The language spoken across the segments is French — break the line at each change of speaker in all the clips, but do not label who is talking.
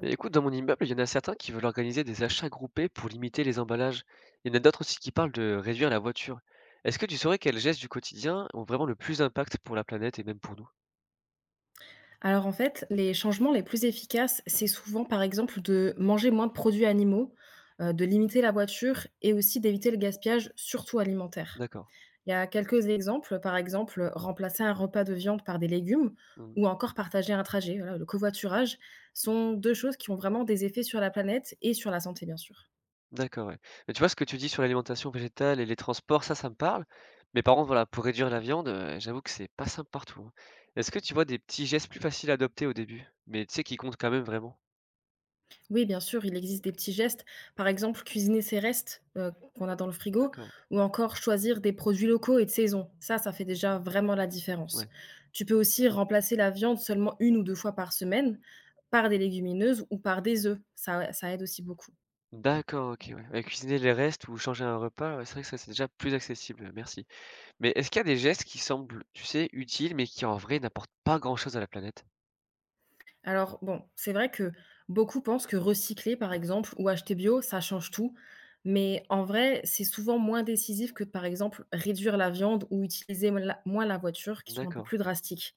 Mais écoute, dans mon immeuble, il y en a certains qui veulent organiser des achats groupés pour limiter les emballages. Il y en a d'autres aussi qui parlent de réduire la voiture. Est-ce que tu saurais quels gestes du quotidien ont vraiment le plus d'impact pour la planète et même pour nous?
Alors en fait, les changements les plus efficaces, c'est souvent par exemple de manger moins de produits animaux, de limiter la voiture et aussi d'éviter le gaspillage, surtout alimentaire.
D'accord.
Il y a quelques exemples, par exemple, remplacer un repas de viande par des légumes
Mhm.
ou encore partager un trajet, voilà, le covoiturage sont 2 choses qui ont vraiment des effets sur la planète et sur la santé, bien sûr.
D'accord, ouais. Mais tu vois ce que tu dis sur l'alimentation végétale et les transports, ça me parle. Mais par contre, voilà, pour réduire la viande, j'avoue que c'est pas simple partout, hein. Est-ce que tu vois des petits gestes plus faciles à adopter au début, mais tu sais qui comptent quand même vraiment?
Oui, bien sûr, il existe des petits gestes. Par exemple, cuisiner ses restes qu'on a dans le frigo
D'accord.
ou encore choisir des produits locaux et de saison. Ça fait déjà vraiment la
Ouais.
différence. Tu peux aussi remplacer la viande seulement une ou deux fois par semaine par des légumineuses ou par des œufs. Ça aide aussi beaucoup.
D'accord, ok, ouais. Ouais, cuisiner les restes ou changer un repas, ouais, c'est vrai que ça c'est déjà plus accessible. Merci. Mais est-ce qu'il y a des gestes qui semblent, tu sais, utiles, mais qui en vrai n'apportent pas grand-chose à la planète?
Alors bon, c'est vrai que beaucoup pensent que recycler, par exemple, ou acheter bio, ça change tout. Mais en vrai, c'est souvent moins décisif que, par exemple, réduire la viande ou utiliser moins la voiture, qui sont un peu
D'accord,
plus drastiques.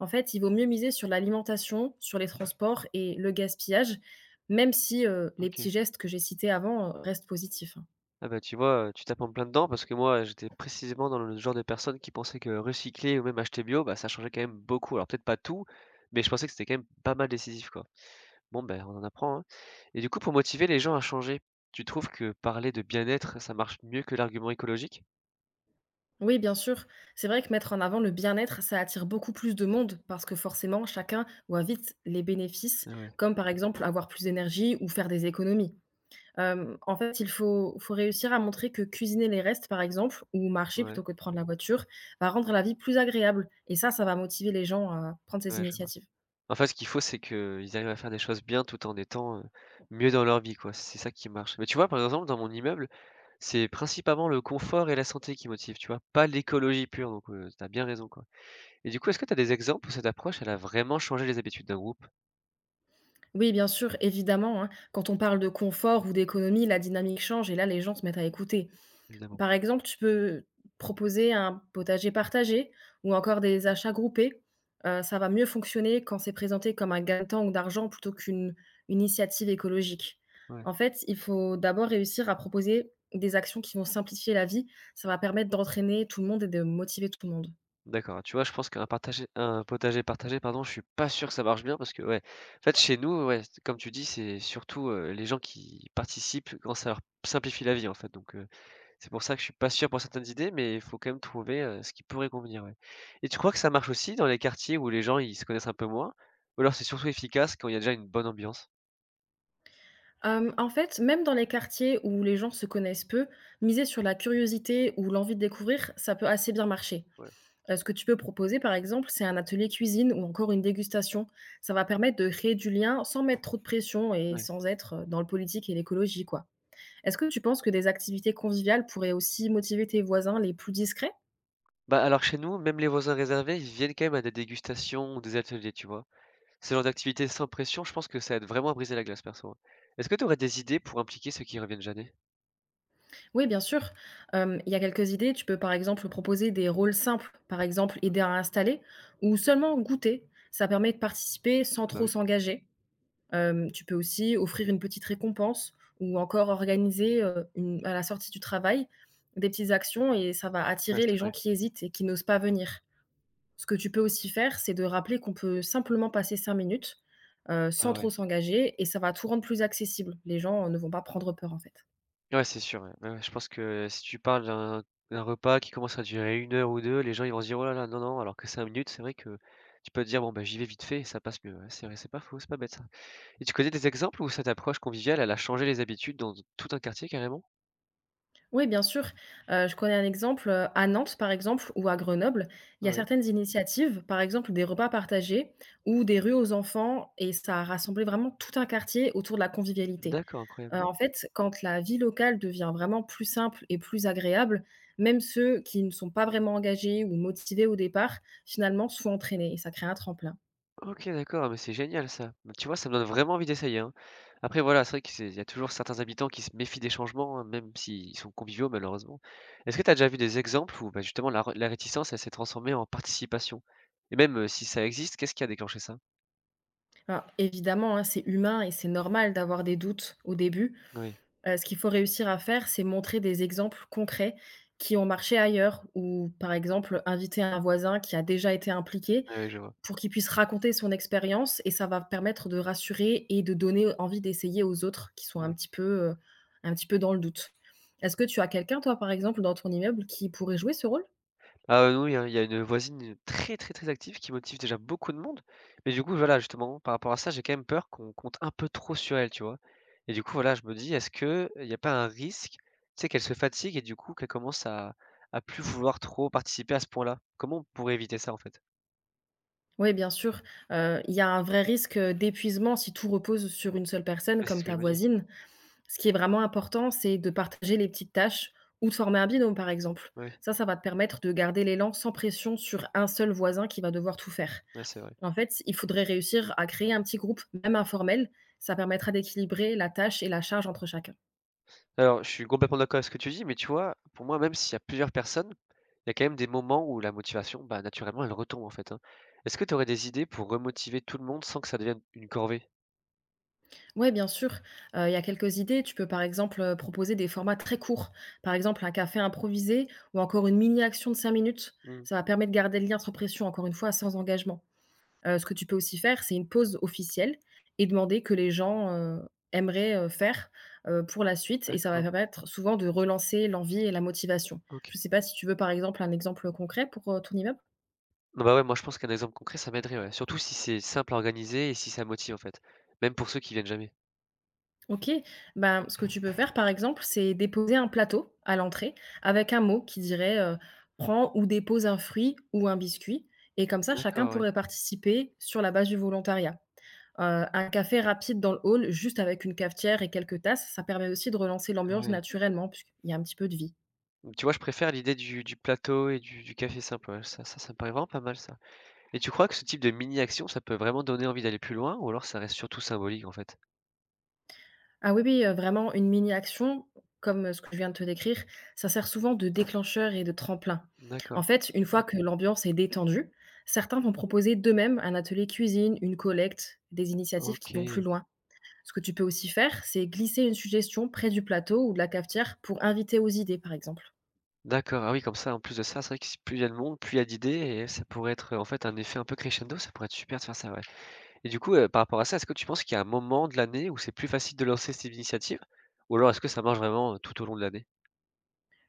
En fait, il vaut mieux miser sur l'alimentation, sur les transports et le gaspillage, même si les
OK.
petits gestes que j'ai cités avant restent positifs, hein.
Ah bah, tu vois, tu tapes en plein dedans parce que moi, j'étais précisément dans le genre de personne qui pensait que recycler ou même acheter bio, bah, ça changeait quand même beaucoup. Alors peut-être pas tout, mais je pensais que c'était quand même pas mal décisif, quoi. Bon, ben, on en apprend, hein. Et du coup, pour motiver les gens à changer, tu trouves que parler de bien-être, ça marche mieux que l'argument écologique?
Oui, bien sûr. C'est vrai que mettre en avant le bien-être, ça attire beaucoup plus de monde parce que forcément, chacun voit vite les bénéfices,
Ah ouais,
comme par exemple avoir plus d'énergie ou faire des économies. En fait, il faut réussir à montrer que cuisiner les restes, par exemple, ou marcher
ouais,
plutôt que de prendre la voiture, va rendre la vie plus agréable. Et ça va motiver les gens à prendre ces
ouais.
initiatives.
En fait, ce qu'il faut, c'est qu'ils arrivent à faire des choses bien tout en étant, mieux dans leur vie, quoi. C'est ça qui marche. Mais tu vois, par exemple, dans mon immeuble, c'est principalement le confort et la santé qui motivent, tu vois? Pas l'écologie pure, donc tu as bien raison, quoi. Et du coup, est-ce que tu as des exemples où cette approche, elle a vraiment changé les habitudes d'un groupe?
Oui, bien sûr, évidemment, hein. Quand on parle de confort ou d'économie, la dynamique change et là, les gens se mettent à écouter.
Évidemment.
Par exemple, tu peux proposer un potager partagé ou encore des achats groupés. Ça va mieux fonctionner quand c'est présenté comme un gain de temps ou d'argent plutôt qu'une une initiative écologique.
Ouais.
En fait, il faut d'abord réussir à proposer des actions qui vont simplifier la vie. Ça va permettre d'entraîner tout le monde et de motiver tout le monde.
D'accord, tu vois, je pense qu'un partagé un potager partagé, pardon, je suis pas sûr que ça marche bien parce que, ouais, en fait, chez nous, ouais, c comme tu dis, c'est surtout, les gens qui participent quand ça leur simplifie la vie, en fait, donc c'est pour ça que je suis pas sûr pour certaines idées, mais il faut quand même trouver, ce qui pourrait convenir, ouais. Et tu crois que ça marche aussi dans les quartiers où les gens ils se connaissent un peu moins? Ou alors c'est surtout efficace quand il y a déjà une bonne ambiance?
En fait, même dans les quartiers où les gens se connaissent peu, miser sur la curiosité ou l'envie de découvrir, ça peut assez bien marcher.
Ouais.
Ce que tu peux proposer, par exemple, c'est un atelier cuisine ou encore une dégustation. Ça va permettre de créer du lien sans mettre trop de pression et
Ouais.
sans être, dans le politique et l'écologie, quoi. Est-ce que tu penses que des activités conviviales pourraient aussi motiver tes voisins les plus discrets?
Bah, alors chez nous, même les voisins réservés, ils viennent quand même à des dégustations ou des ateliers, tu vois? Ce genre d'activité sans pression, je pense que ça aide vraiment à briser la glace perso, hein. Est-ce que tu aurais des idées pour impliquer ceux qui reviennent jamais?
Oui, bien sûr. Il y a quelques idées. Tu peux, par exemple, proposer des rôles simples, par exemple, aider à installer ou seulement goûter. Ça permet de participer sans
Ah bah
trop
oui.
s'engager. Tu peux aussi offrir une petite récompense ou encore organiser, une à la sortie du travail, des petites actions et ça va
Ouais,
attirer
c'est
les gens
vrai.
qui hésitent et qui n'osent pas venir. Ce que tu peux aussi faire, c'est de rappeler qu'on peut simplement passer 5 minutes, sans
Ah
trop
ouais.
s'engager et ça va tout rendre plus accessible. Les gens, ne vont pas prendre peur, en fait.
Ouais, c'est sûr, ouais. Ouais, ouais, je pense que si tu parles d'un d'un repas qui commence à durer une heure ou 2, les gens ils vont se dire: «Oh là là, non, non», alors que 5 minutes, c'est vrai que tu peux te dire: «Bon, bah, j'y vais vite fait» et ça passe mieux. Ouais, c'est vrai, c'est pas faux, c'est pas bête ça. Et tu connais des exemples où cette approche conviviale, elle a changé les habitudes dans tout un quartier carrément?
Oui, bien sûr. Je connais un exemple, à Nantes, par exemple, ou à Grenoble, il y a
Ouais.
certaines initiatives, par exemple des repas partagés ou des rues aux enfants et ça a rassemblé vraiment tout un quartier autour de la convivialité.
D'accord, incroyable.
En fait, quand la vie locale devient vraiment plus simple et plus agréable, même ceux qui ne sont pas vraiment engagés ou motivés au départ, finalement sont entraînés et ça crée un tremplin.
OK, d'accord, ah mais c'est génial ça. Bah, tu vois, ça me donne vraiment envie d'essayer, hein. Après voilà, c'est vrai qu'il y a toujours certains habitants qui se méfient des changements, hein, même s'ils sont conviviaux malheureusement. Est-ce que tu as déjà vu des exemples où, bah, justement la re la réticence, elle s'est transformée en participation? Et même, si ça existe, qu'est-ce qui a déclenché ça?
Alors évidemment, hein, c'est humain et c'est normal d'avoir des doutes au début.
Oui,
Ce qu'il faut réussir à faire, c'est montrer des exemples concrets qui ont marché ailleurs ou par exemple, inviter un voisin qui a déjà été impliqué
oui, oui, je vois.
pour qu'il puisse raconter son expérience et ça va permettre de rassurer et de donner envie d'essayer aux autres qui sont
Ouais.
heu, un petit peu dans le doute. Est-ce que tu as quelqu'un toi, par exemple, dans ton immeuble qui pourrait jouer ce rôle?
Ah, oui, hein, il y a une voisine très, très, très active qui motive déjà beaucoup de monde. Mais du coup, voilà, justement, par rapport à ça, j'ai quand même peur qu'on compte un peu trop sur elle, tu vois? Et du coup, voilà, je me dis: «Est-ce que il y a pas un risque, tu sais, qu'elle se fatigue et du coup, qu'elle commence à plus vouloir trop participer à ce point-là?» Comment on pourrait éviter ça, en fait?
Oui, bien sûr, il y a un vrai risque, d'épuisement si tout repose sur une seule personne
Ouais, c'est ce
comme
que je
ta
me dis.
voisine. Ce qui est vraiment important, c'est de partager les petites tâches ou de former un binôme, par exemple.
Ouais, oui,
Ça va te permettre de garder l'élan sans pression sur un seul voisin qui va devoir tout faire.
ouais, c'est vrai.
En fait, il faudrait réussir à créer un petit groupe, même informel. Ça permettra d'équilibrer la tâche et la charge entre chacun.
Alors, je suis complètement d'accord avec ce que tu dis, mais tu vois, pour moi, même s'il y a plusieurs personnes, il y a quand même des moments où la motivation, bah, naturellement, elle retombe, en fait, hein. Est-ce que tu aurais des idées pour remotiver tout le monde sans que ça devienne une corvée?
Ouais, bien sûr. Il y a quelques idées. Tu peux, par exemple, proposer des formats très courts. Par exemple, un café improvisé ou encore une mini-action de 5 minutes.
Mmh.
Ça va permettre de garder le lien sans pression, encore une fois, sans engagement. Ce que tu peux aussi faire, c'est une pause officielle et demander que les gens, aimeraient, faire, pour la suite et ça va
D'accord,
permettre souvent de relancer l'envie et la motivation.
OK.
Je ne sais pas si tu veux, par exemple, un exemple concret pour, ton immeuble?
Non, bah, ouais, moi, je pense qu'un exemple concret, ça m'aiderait, ouais. Surtout si c'est simple à organiser et si ça motive, en fait. Même pour ceux qui viennent jamais.
OK. Ben, ce que tu peux faire, par exemple, c'est déposer un plateau à l'entrée avec un mot qui dirait: «Prends ou dépose un fruit ou un biscuit» et comme ça, chacun
D'accord, oui.
pourrait participer sur la base du volontariat. Un café rapide dans le hall, juste avec une cafetière et quelques tasses, ça permet aussi de relancer
Ah
l'ambiance
ouais.
naturellement puisqu'il y a un petit peu de vie.
Donc, tu vois, je préfère l'idée du plateau et du café simple, ouais. Ça me paraît vraiment pas mal, ça. Et tu crois que ce type de mini-action, ça peut vraiment donner envie d'aller plus loin ou alors ça reste surtout symbolique, en fait?
Ah oui, oui, vraiment une mini-action comme ce que je viens de te décrire, ça sert souvent de déclencheur et de tremplin. En
D'accord,
fait, une fois que l'ambiance est détendue, certains vont proposer d'eux-mêmes un atelier cuisine, une collecte, des initiatives qui vont plus
OK.
loin. Ce que tu peux aussi faire, c'est glisser une suggestion près du plateau ou de la cafetière pour inviter aux idées, par exemple.
D'accord, ah oui, comme ça, en plus de ça, c'est vrai que si plus il y a de monde, plus il y a d'idées et ça pourrait être, en fait, un effet un peu crescendo. Ça pourrait être super de faire ça, ouais. Et du coup, par rapport à ça, est-ce que tu penses qu'il y a un moment de l'année où c'est plus facile de lancer ces initiatives? Ou alors est-ce que ça marche vraiment, tout au long de l'année?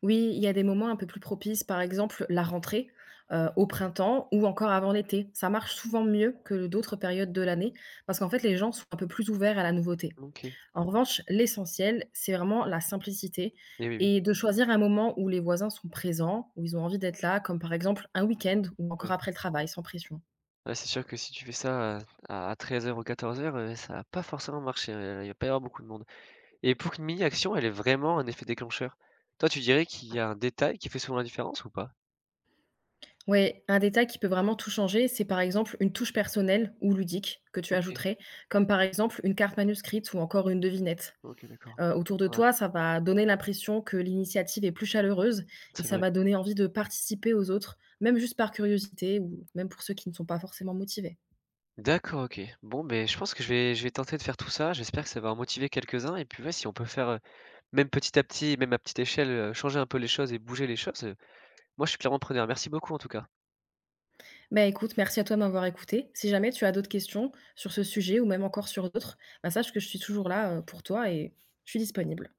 Oui, il y a des moments un peu plus propices, par exemple la rentrée, au printemps ou encore avant l'été. Ça marche souvent mieux que d'autres périodes de l'année parce qu'en fait, les gens sont un peu plus ouverts à la nouveauté.
OK.
En revanche, l'essentiel, c'est vraiment la simplicité
Et oui, oui,
et de choisir un moment où les voisins sont présents, où ils ont envie d'être là, comme par exemple un week-end ou encore
ouais.
après le travail, sans pression.
Ouais, c'est sûr que si tu fais ça à 13:00 ou 14:00, ça va pas forcément marcher, il va pas y avoir beaucoup de monde. Et pour qu'une mini-action, elle ait vraiment un effet déclencheur, toi, tu dirais qu'il y a un détail qui fait souvent la différence ou pas?
Oui, un détail qui peut vraiment tout changer, c'est par exemple une touche personnelle ou ludique que tu
OK,
ajouterais, comme par exemple une carte manuscrite ou encore une devinette.
OK, d'accord.
Autour de
Pas
toi, ça va donner l'impression que l'initiative est plus chaleureuse et
c'est
ça
vrai.
va donner envie de participer aux autres, même juste par curiosité ou même pour ceux qui ne sont pas forcément motivés.
D'accord, OK. Bon, beh, je pense que je vais tenter de faire tout ça. J'espère que ça va en motiver quelques-uns et puis, ouais, si on peut faire, même petit à petit, même à petite échelle, changer un peu les choses et bouger les choses, moi je suis clairement preneur. Merci beaucoup en tout cas.
Bah, écoute, merci à toi de m'avoir écouté. Si jamais tu as d'autres questions sur ce sujet ou même encore sur d'autres, bah, sache que je suis toujours là, pour toi et je suis disponible.